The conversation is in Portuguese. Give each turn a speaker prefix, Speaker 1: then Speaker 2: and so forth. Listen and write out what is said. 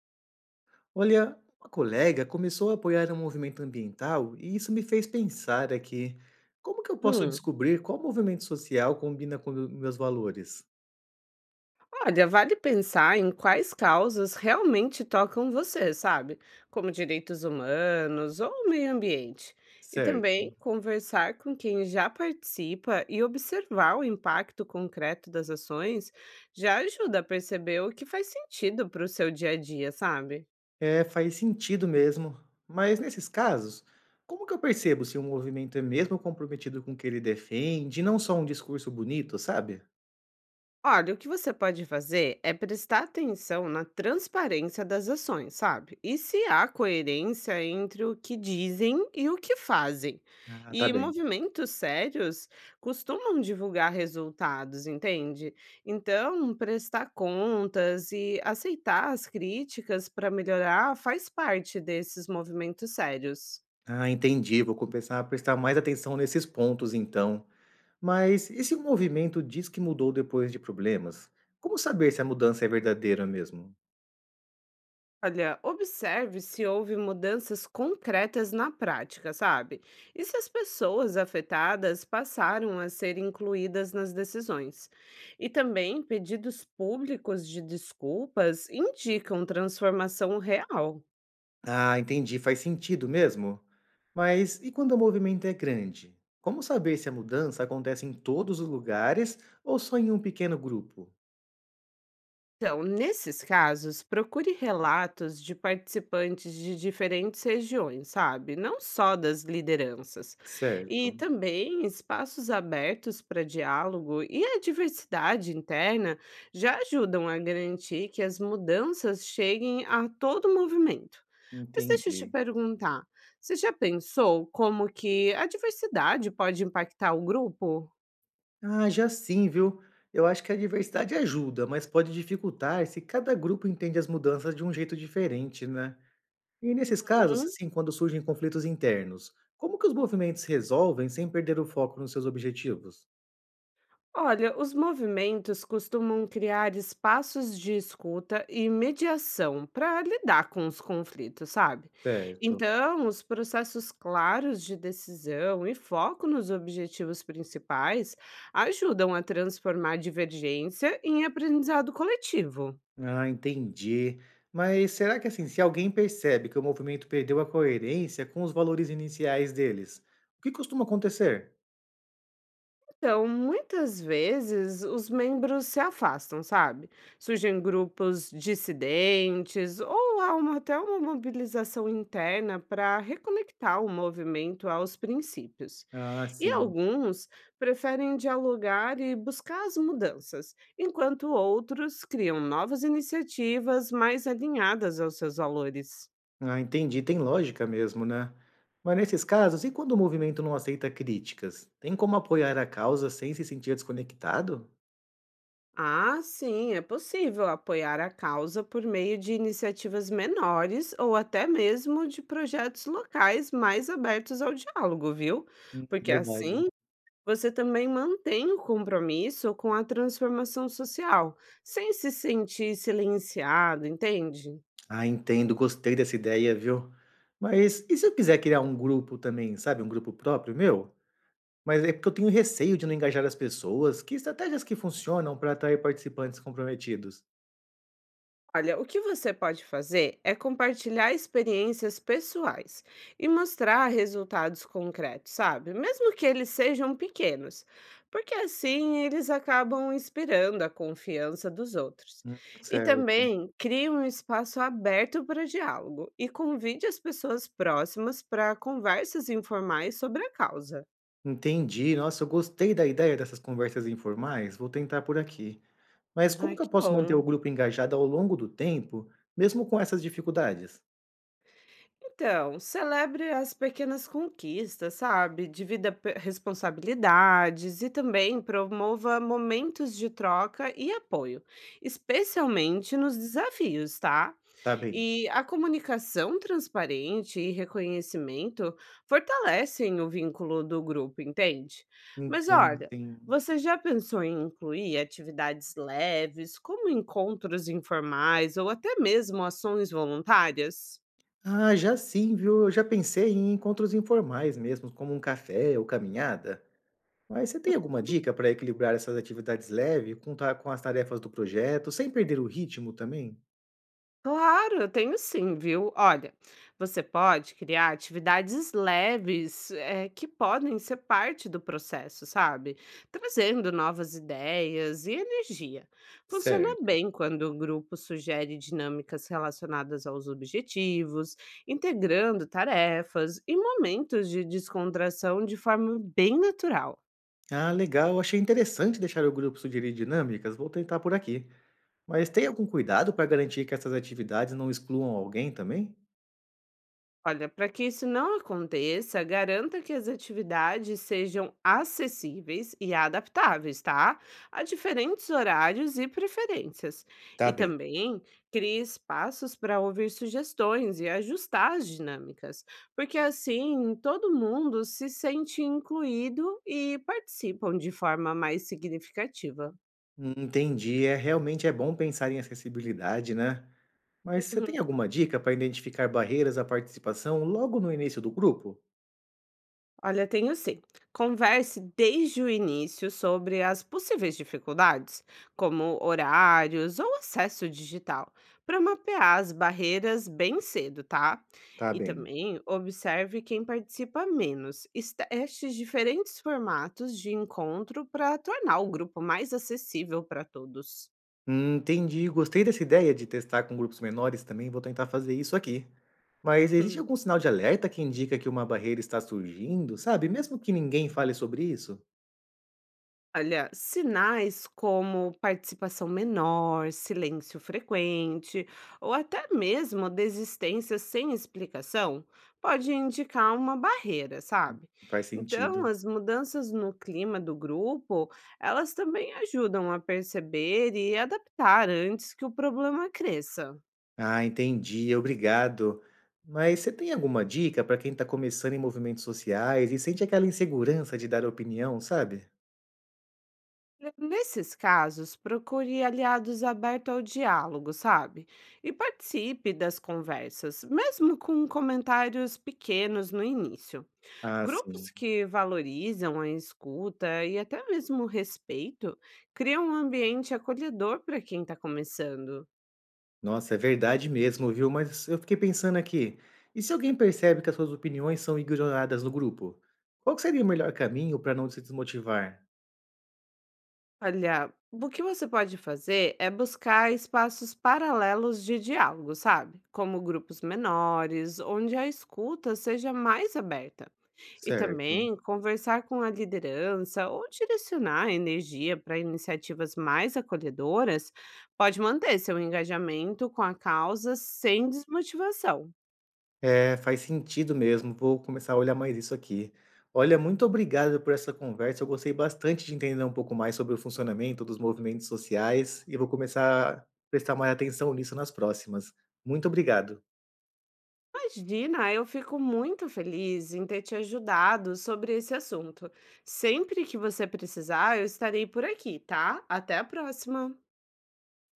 Speaker 1: Olha, uma colega começou a apoiar um movimento ambiental e isso me fez pensar aqui, como que eu posso
Speaker 2: Hum,
Speaker 1: descobrir qual movimento social combina com meus valores?
Speaker 2: olha, vale pensar em quais causas realmente tocam você, sabe? Como direitos humanos ou o meio ambiente. E também
Speaker 1: Certo.
Speaker 2: conversar com quem já participa e observar o impacto concreto das ações já ajuda a perceber o que faz sentido para o seu dia a dia, sabe?
Speaker 1: É, faz sentido mesmo. Mas nesses casos, como que eu percebo se um movimento é mesmo comprometido com o que ele defende, e não só um discurso bonito, sabe?
Speaker 2: Olha, o que você pode fazer é prestar atenção na transparência das ações, sabe? E se há coerência entre o que dizem e o que fazem.
Speaker 1: Ah, tá
Speaker 2: E
Speaker 1: bem.
Speaker 2: movimentos sérios costumam divulgar resultados, entende? Então, prestar contas e aceitar as críticas para melhorar faz parte desses movimentos sérios.
Speaker 1: Ah, entendi. Vou começar a prestar mais atenção nesses pontos, então. Mas e se o movimento diz que mudou depois de problemas? Como saber se a mudança é verdadeira mesmo?
Speaker 2: Olha, observe se houve mudanças concretas na prática, sabe? E se as pessoas afetadas passaram a ser incluídas nas decisões. E também pedidos públicos de desculpas indicam transformação real.
Speaker 1: Ah, entendi, faz sentido mesmo. Mas e quando o movimento é grande? Como saber se a mudança acontece em todos os lugares ou só em um pequeno grupo?
Speaker 2: Então, nesses casos, procure relatos de participantes de diferentes regiões, sabe? Não só das lideranças. E
Speaker 1: Certo,
Speaker 2: também espaços abertos para diálogo e a diversidade interna já ajudam a garantir que as mudanças cheguem a todo o movimento. Mas deixa eu te
Speaker 1: entendi.
Speaker 2: perguntar, você já pensou como que a diversidade pode impactar o grupo?
Speaker 1: Ah, já sim, viu? Eu acho que a diversidade ajuda, mas pode dificultar se cada grupo entende as mudanças de um jeito diferente, né? E nesses casos, assim, quando surgem conflitos internos, como que os movimentos resolvem sem perder o foco nos seus objetivos?
Speaker 2: Olha, os movimentos costumam criar espaços de escuta e mediação para lidar com os conflitos, sabe?
Speaker 1: Certo.
Speaker 2: Então, os processos claros de decisão e foco nos objetivos principais ajudam a transformar divergência em aprendizado coletivo.
Speaker 1: Ah, entendi. Mas será que assim, se alguém percebe que o movimento perdeu a coerência com os valores iniciais deles, o que costuma acontecer?
Speaker 2: Então, muitas vezes os membros se afastam, sabe? Surgem grupos dissidentes ou há até uma mobilização interna para reconectar o movimento aos princípios.
Speaker 1: Ah,
Speaker 2: E
Speaker 1: sim.
Speaker 2: alguns preferem dialogar e buscar as mudanças, enquanto outros criam novas iniciativas mais alinhadas aos seus valores.
Speaker 1: Ah, entendi. Tem lógica mesmo, né? Mas nesses casos, e quando o movimento não aceita críticas? Tem como apoiar a causa sem se sentir desconectado?
Speaker 2: Ah, sim, é possível apoiar a causa por meio de iniciativas menores ou até mesmo de projetos locais mais abertos ao diálogo, viu? Porque
Speaker 1: Verdade.
Speaker 2: assim você também mantém o compromisso com a transformação social, sem se sentir silenciado, entende?
Speaker 1: Ah, entendo, gostei dessa ideia, viu? Mas e se eu quiser criar um grupo também, sabe? Um grupo próprio meu? Mas é porque eu tenho receio de não engajar as pessoas. Que estratégias que funcionam para atrair participantes comprometidos?
Speaker 2: Olha, o que você pode fazer é compartilhar experiências pessoais e mostrar resultados concretos, sabe? Mesmo que eles sejam pequenos, porque assim eles acabam inspirando a confiança dos outros. E
Speaker 1: Certo.
Speaker 2: também crie um espaço aberto para diálogo e convide as pessoas próximas para conversas informais sobre a causa.
Speaker 1: Entendi. Nossa, eu gostei da ideia dessas conversas informais. Vou tentar por aqui. Mas como
Speaker 2: Ai,
Speaker 1: que eu
Speaker 2: que
Speaker 1: posso manter o
Speaker 2: bom!
Speaker 1: grupo engajado ao longo do tempo, mesmo com essas dificuldades?
Speaker 2: Então, celebre as pequenas conquistas, sabe? Divida responsabilidades e também promova momentos de troca e apoio, especialmente nos desafios, tá?
Speaker 1: Tá bem.
Speaker 2: E a comunicação transparente e reconhecimento fortalecem o vínculo do grupo, entende? Mas
Speaker 1: Entendo,
Speaker 2: olha,
Speaker 1: sim.
Speaker 2: você já pensou em incluir atividades leves, como encontros informais ou até mesmo ações voluntárias?
Speaker 1: Ah, já sim, viu? Eu já pensei em encontros informais mesmo, como um café ou caminhada. Mas você tem alguma dica para equilibrar essas atividades leves com, com as tarefas do projeto, sem perder o ritmo também?
Speaker 2: Claro, eu tenho sim, viu? Olha, você pode criar atividades leves, que podem ser parte do processo, sabe? Trazendo novas ideias e energia. Funciona
Speaker 1: Certo.
Speaker 2: bem quando o grupo sugere dinâmicas relacionadas aos objetivos, integrando tarefas e momentos de descontração de forma bem natural.
Speaker 1: Ah, legal. Achei interessante deixar o grupo sugerir dinâmicas. Vou tentar por aqui. Mas tem algum cuidado para garantir que essas atividades não excluam alguém também?
Speaker 2: Olha, para que isso não aconteça, garanta que as atividades sejam acessíveis e adaptáveis, tá? A diferentes horários e preferências.
Speaker 1: Tá
Speaker 2: E
Speaker 1: bem.
Speaker 2: também crie espaços para ouvir sugestões e ajustar as dinâmicas, porque assim todo mundo se sente incluído e participam de forma mais significativa.
Speaker 1: Entendi. É realmente é bom pensar em acessibilidade, né? Mas você
Speaker 2: Uhum.
Speaker 1: tem alguma dica para identificar barreiras à participação logo no início do grupo?
Speaker 2: Olha, tenho sim. Converse desde o início sobre as possíveis dificuldades, como horários ou acesso digital, para mapear as barreiras bem cedo, tá?
Speaker 1: Tá
Speaker 2: E
Speaker 1: bem.
Speaker 2: também observe quem participa menos e teste diferentes formatos de encontro para tornar o grupo mais acessível para todos.
Speaker 1: Entendi. Gostei dessa ideia de testar com grupos menores também. Vou tentar fazer isso aqui. Mas existe algum sinal de alerta que indica que uma barreira está surgindo, sabe? Mesmo que ninguém fale sobre isso?
Speaker 2: Olha, sinais como participação menor, silêncio frequente ou até mesmo desistência sem explicação pode indicar uma barreira, sabe?
Speaker 1: Faz
Speaker 2: Então,
Speaker 1: sentido.
Speaker 2: as mudanças no clima do grupo, elas também ajudam a perceber e adaptar antes que o problema cresça.
Speaker 1: Ah, entendi. Obrigado. Mas você tem alguma dica para quem está começando em movimentos sociais e sente aquela insegurança de dar opinião, sabe?
Speaker 2: Nesses casos, procure aliados abertos ao diálogo, sabe? E participe das conversas, mesmo com comentários pequenos no início.
Speaker 1: Ah, sim.
Speaker 2: Grupos que valorizam a escuta e até mesmo o respeito criam um ambiente acolhedor para quem está começando.
Speaker 1: Nossa, é verdade mesmo, viu? Mas eu fiquei pensando aqui, e se alguém percebe que as suas opiniões são ignoradas no grupo? Qual que seria o melhor caminho para não se desmotivar?
Speaker 2: Olha, o que você pode fazer é buscar espaços paralelos de diálogo, sabe? Como grupos menores, onde a escuta seja mais aberta. E
Speaker 1: Certo.
Speaker 2: também conversar com a liderança ou direcionar a energia para iniciativas mais acolhedoras pode manter seu engajamento com a causa sem desmotivação.
Speaker 1: É, faz sentido mesmo. Vou começar a olhar mais isso aqui. Olha, muito obrigado por essa conversa. Eu gostei bastante de entender um pouco mais sobre o funcionamento dos movimentos sociais e vou começar a prestar mais atenção nisso nas próximas. Muito obrigado.
Speaker 2: Imagina, eu fico muito feliz em ter te ajudado sobre esse assunto. Sempre que você precisar, eu estarei por aqui, tá? Até a próxima!